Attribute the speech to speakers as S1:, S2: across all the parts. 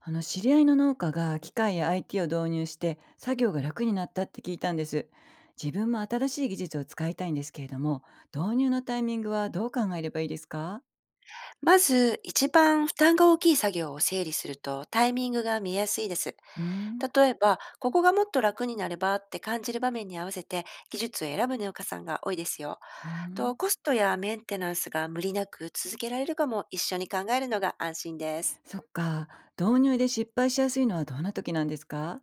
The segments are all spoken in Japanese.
S1: あの知り合いの農家が機械や IT を導入して作業が楽になったって聞いたんです。自分も新しい技術を使いたいんですけれども、導入のタイミングはどう考えればいいですか？
S2: まず、一番負担が大きい作業を整理するとタイミングが見えやすいです。
S1: うーん、
S2: 例えば、ここがもっと楽になればって感じる場面に合わせて技術を選ぶ農家さんが多いですよ。
S1: うーん、
S2: と、コストやメンテナンスが無理なく続けられるかも一緒に考えるのが安心です。
S1: そっか。導入で失敗しやすいのはどんな時なんですか？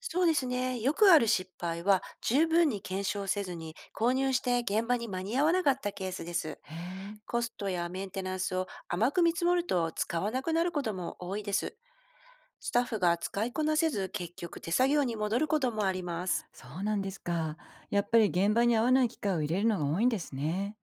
S2: そうですね。よくある失敗は十分に検証せずに購入して現場に間に合わなかったケースです。
S1: へえ、
S2: コストやメンテナンスを甘く見積もると使わなくなることも多いです。スタッフが使いこなせず結局手作業に戻ることもあります。
S1: そうなんですか。やっぱり現場に合わない機械を入れるのが多いんですね。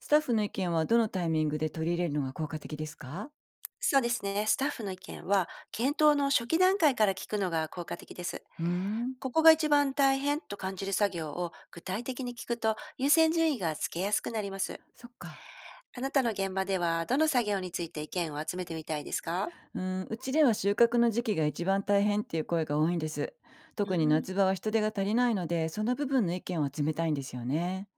S1: スタッフの意見はどのタイミングで取り入れるのが効果的ですか？
S2: そうですね。スタッフの意見は検討の初期段階から聞くのが効果的です。
S1: うーん、
S2: ここが一番大変と感じる作業を具体的に聞くと優先順位がつけやすくなります。
S1: そっか。
S2: あなたの現場ではどの作業について意見を集めてみたいですか？
S1: うーん、うちでは収穫の時期が一番大変っていう声が多いんです。
S2: う
S1: 特に
S2: ん。
S1: 夏場は人手が足りないので、その部分の意見を集めたいんですよね。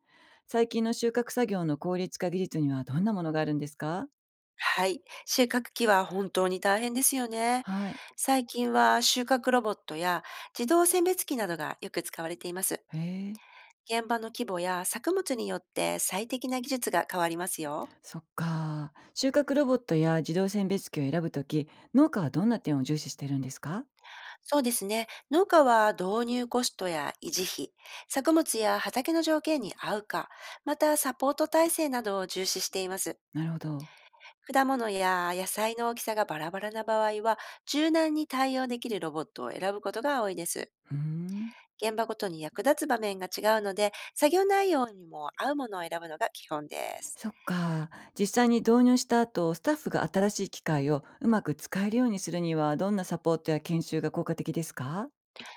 S1: 最近の収穫作業の効率化技術にはどんなものがあるんですか？
S2: はい。収穫機は本当に大変ですよね。
S1: はい。
S2: 最近は収穫ロボットや自動選別機などがよく使われています。
S1: へえ、
S2: 現場の規模や作物によって最適な技術が変わりますよ。
S1: そっか。収穫ロボットや自動選別機を選ぶとき、農家はどんな点を重視してるんですか？
S2: そうですね。農家は導入コストや維持費、作物や畑の条件に合うか、またサポート体制などを重視しています。
S1: なるほど。
S2: 果物や野菜の大きさがバラバラな場合は、柔軟に対応できるロボットを選ぶことが多いです。
S1: うーん。
S2: 現場ごとに役立つ場面が違うので、作業内容にも合うものを選ぶのが基本です。
S1: そっか。実際に導入した後、スタッフが新しい機械をうまく使えるようにするには、どんなサポートや研修が効果的ですか？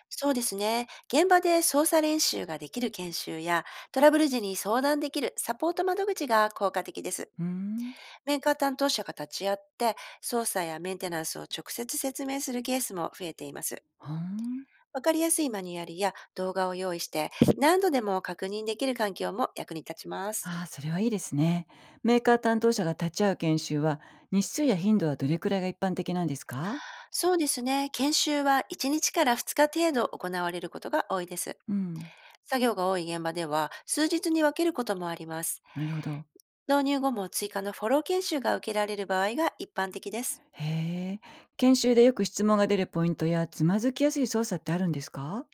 S2: そうですね。現場で操作練習ができる研修や、トラブル時に相談できるサポート窓口が効果的です。
S1: うーん、
S2: メーカー担当者が立ち会って、操作やメンテナンスを直接説明するケースも増えています。
S1: ふん。
S2: わかりやすいマニュアルや動画を用意して、何度でも確認できる環境も役に立ちます。
S1: ああ、それはいいですね。メーカー担当者が立ち会う研修は、日数や頻度はどれくらいが一般的なんですか？
S2: そうですね。研修は1日から2日程度行われることが多いです。
S1: うん、
S2: 作業が多い現場では、数日に分けることもあります。
S1: なるほど。
S2: 導入後も追加のフォロー研修が受けられる場合が一般的です。
S1: へえ。研修でよく質問が出るポイントや、つまずきやすい操作ってあるんですか？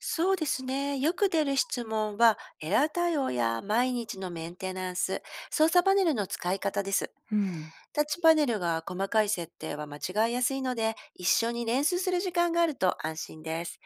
S2: そうですね。よく出る質問は、エラー対応や毎日のメンテナンス、操作パネルの使い方です。
S1: うん、
S2: タッチパネルが細かい設定は間違いやすいので、一緒に練習する時間があると安心です。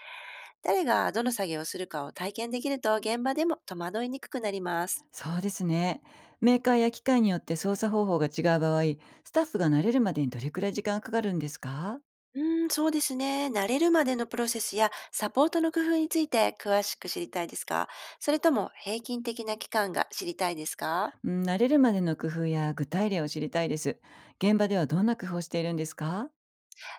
S2: 誰がどの作業をするかを体験できると現場でも戸惑いにくくなります。
S1: そうですね。メーカーや機械によって操作方法が違う場合、スタッフが慣れるまでにどれくらい時間がかかるんですか？
S2: うーん、そうですね。慣れるまでのプロセスやサポートの工夫について詳しく知りたいですか？それとも平均的な期間が知りたいですか？
S1: うん、慣れるまでの工夫や具体例を知りたいです。現場ではどんな工夫をしているんですか？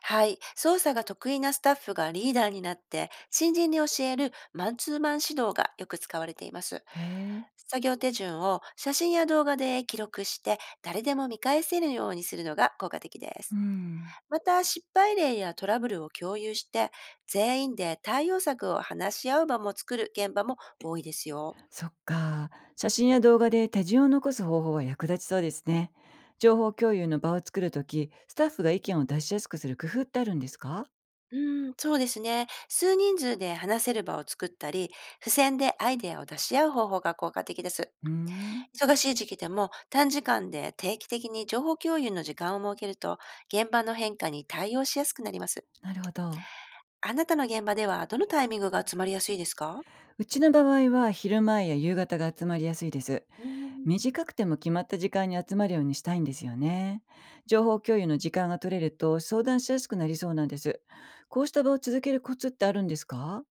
S2: はい。操作が得意なスタッフがリーダーになって、新人に教えるマンツーマン指導がよく使われています。
S1: へえ。
S2: 作業手順を写真や動画で記録して、誰でも見返せるようにするのが効果的で
S1: う
S2: す。
S1: ん。
S2: また、失敗例やトラブルを共有して、全員で対応策を話し合う場も作る現場も多いですよ。
S1: そっか。写真や動画で手順を残す方法は役立ちそうですね。情報共有の場を作るとき、スタッフが意見を出しやすくする工夫ってあるんですか？
S2: うん、そうですね。数人数で話せる場を作ったり、付箋でアイデアを出し合う方法が効果的です。
S1: うーん、
S2: 忙しい時期でも短時間で定期的に情報共有の時間を設けると、現場の変化に対応しやすくなります。
S1: なるほど。
S2: あなたの現場ではどのタイミングが集まりやすいですか？
S1: うちの場合は昼前や夕方が集まりやすいです。
S2: うん
S1: 短くても決まった時間に集まるようにしたいんですよね。情報共有の時間が取れると相談しやすくなりそうなんです。こうした場を続けるコツってあるんですか？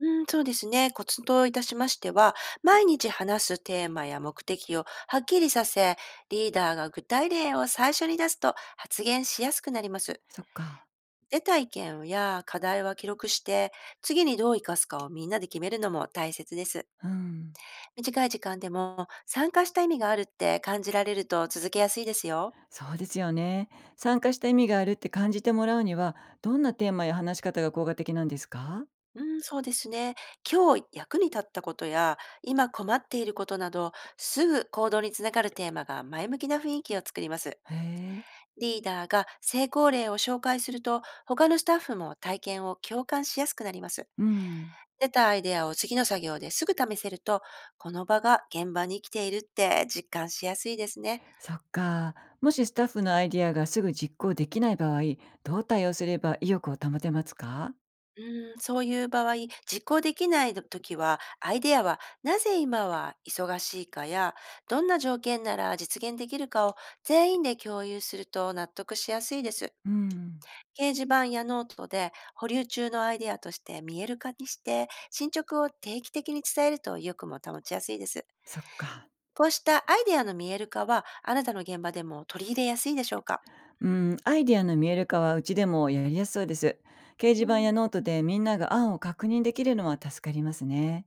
S2: うん、そうですね。コツといたしましては、毎日話すテーマや目的をはっきりさせ、リーダーが具体例を最初に出すと発言しやすくなります。
S1: そっか。
S2: 出た意見や課題は記録して、次にどう活かすかをみんなで決めるのも大切です。
S1: うん。
S2: 短い時間でも参加した意味があるって感じられると続けやすいですよ。
S1: そうですよね。参加した意味があるって感じてもらうには、どんなテーマや話し方が効果的なんですか？
S2: うん、そうですね。今日役に立ったことや、今困っていることなど、すぐ行動につながるテーマが前向きな雰囲気を作ります。
S1: へえ。
S2: リーダーが成功例を紹介すると、他のスタッフも体験を共感しやすくなります。
S1: うん。
S2: 出たアイデアを次の作業ですぐ試せると、この場が現場に来ているって実感しやすいですね。
S1: そっか。もしスタッフのアイディアがすぐ実行できない場合、どう対応すれば意欲を保てますか？
S2: うん、そういう場合、実行できない時は、アイデアはなぜ今は忙しいかや、どんな条件なら実現できるかを全員で共有すると納得しやすいです。
S1: うん。
S2: 掲示板やノートで保留中のアイデアとして見える化にして、進捗を定期的に伝えると意欲も保ちやすいです。
S1: そっか。
S2: こうしたアイデアの見える化は、あなたの現場でも取り入れやすいでしょうか？
S1: うん。アイディアの見える化はうちでもやりやすそうです。掲示
S2: う
S1: 板
S2: ん、
S1: やノートでみんなが案を確認できるのは助かりますね。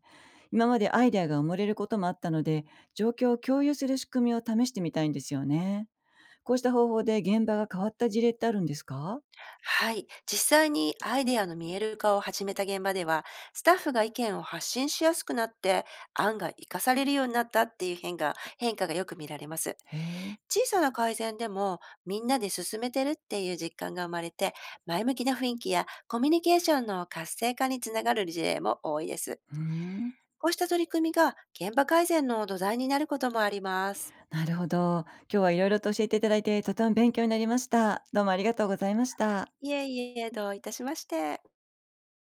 S1: 今までアイデアが埋もれることもあったので、状況を共有する仕組みを試してみたいんですよね。こうした方法で現場が変わった事例ってあるんですか？
S2: はい。実際にアイデアの見える化を始めた現場では、スタッフが意見を発信しやすくなって、案が活かされるようになったっていう変化がよく見られます。
S1: へえ。
S2: 小さな改善でも、みんなで進めてるっていう実感が生まれて、前向きな雰囲気やコミュニケーションの活性化につながる事例も多いです。
S1: うーん。
S2: こうした取り組みが現場改善の土台になることもあります。
S1: なるほど。今日はいろいろと教えていただいて、とても勉強になりました。どうもありがとうございました。
S2: いえいえ、どういたしまして。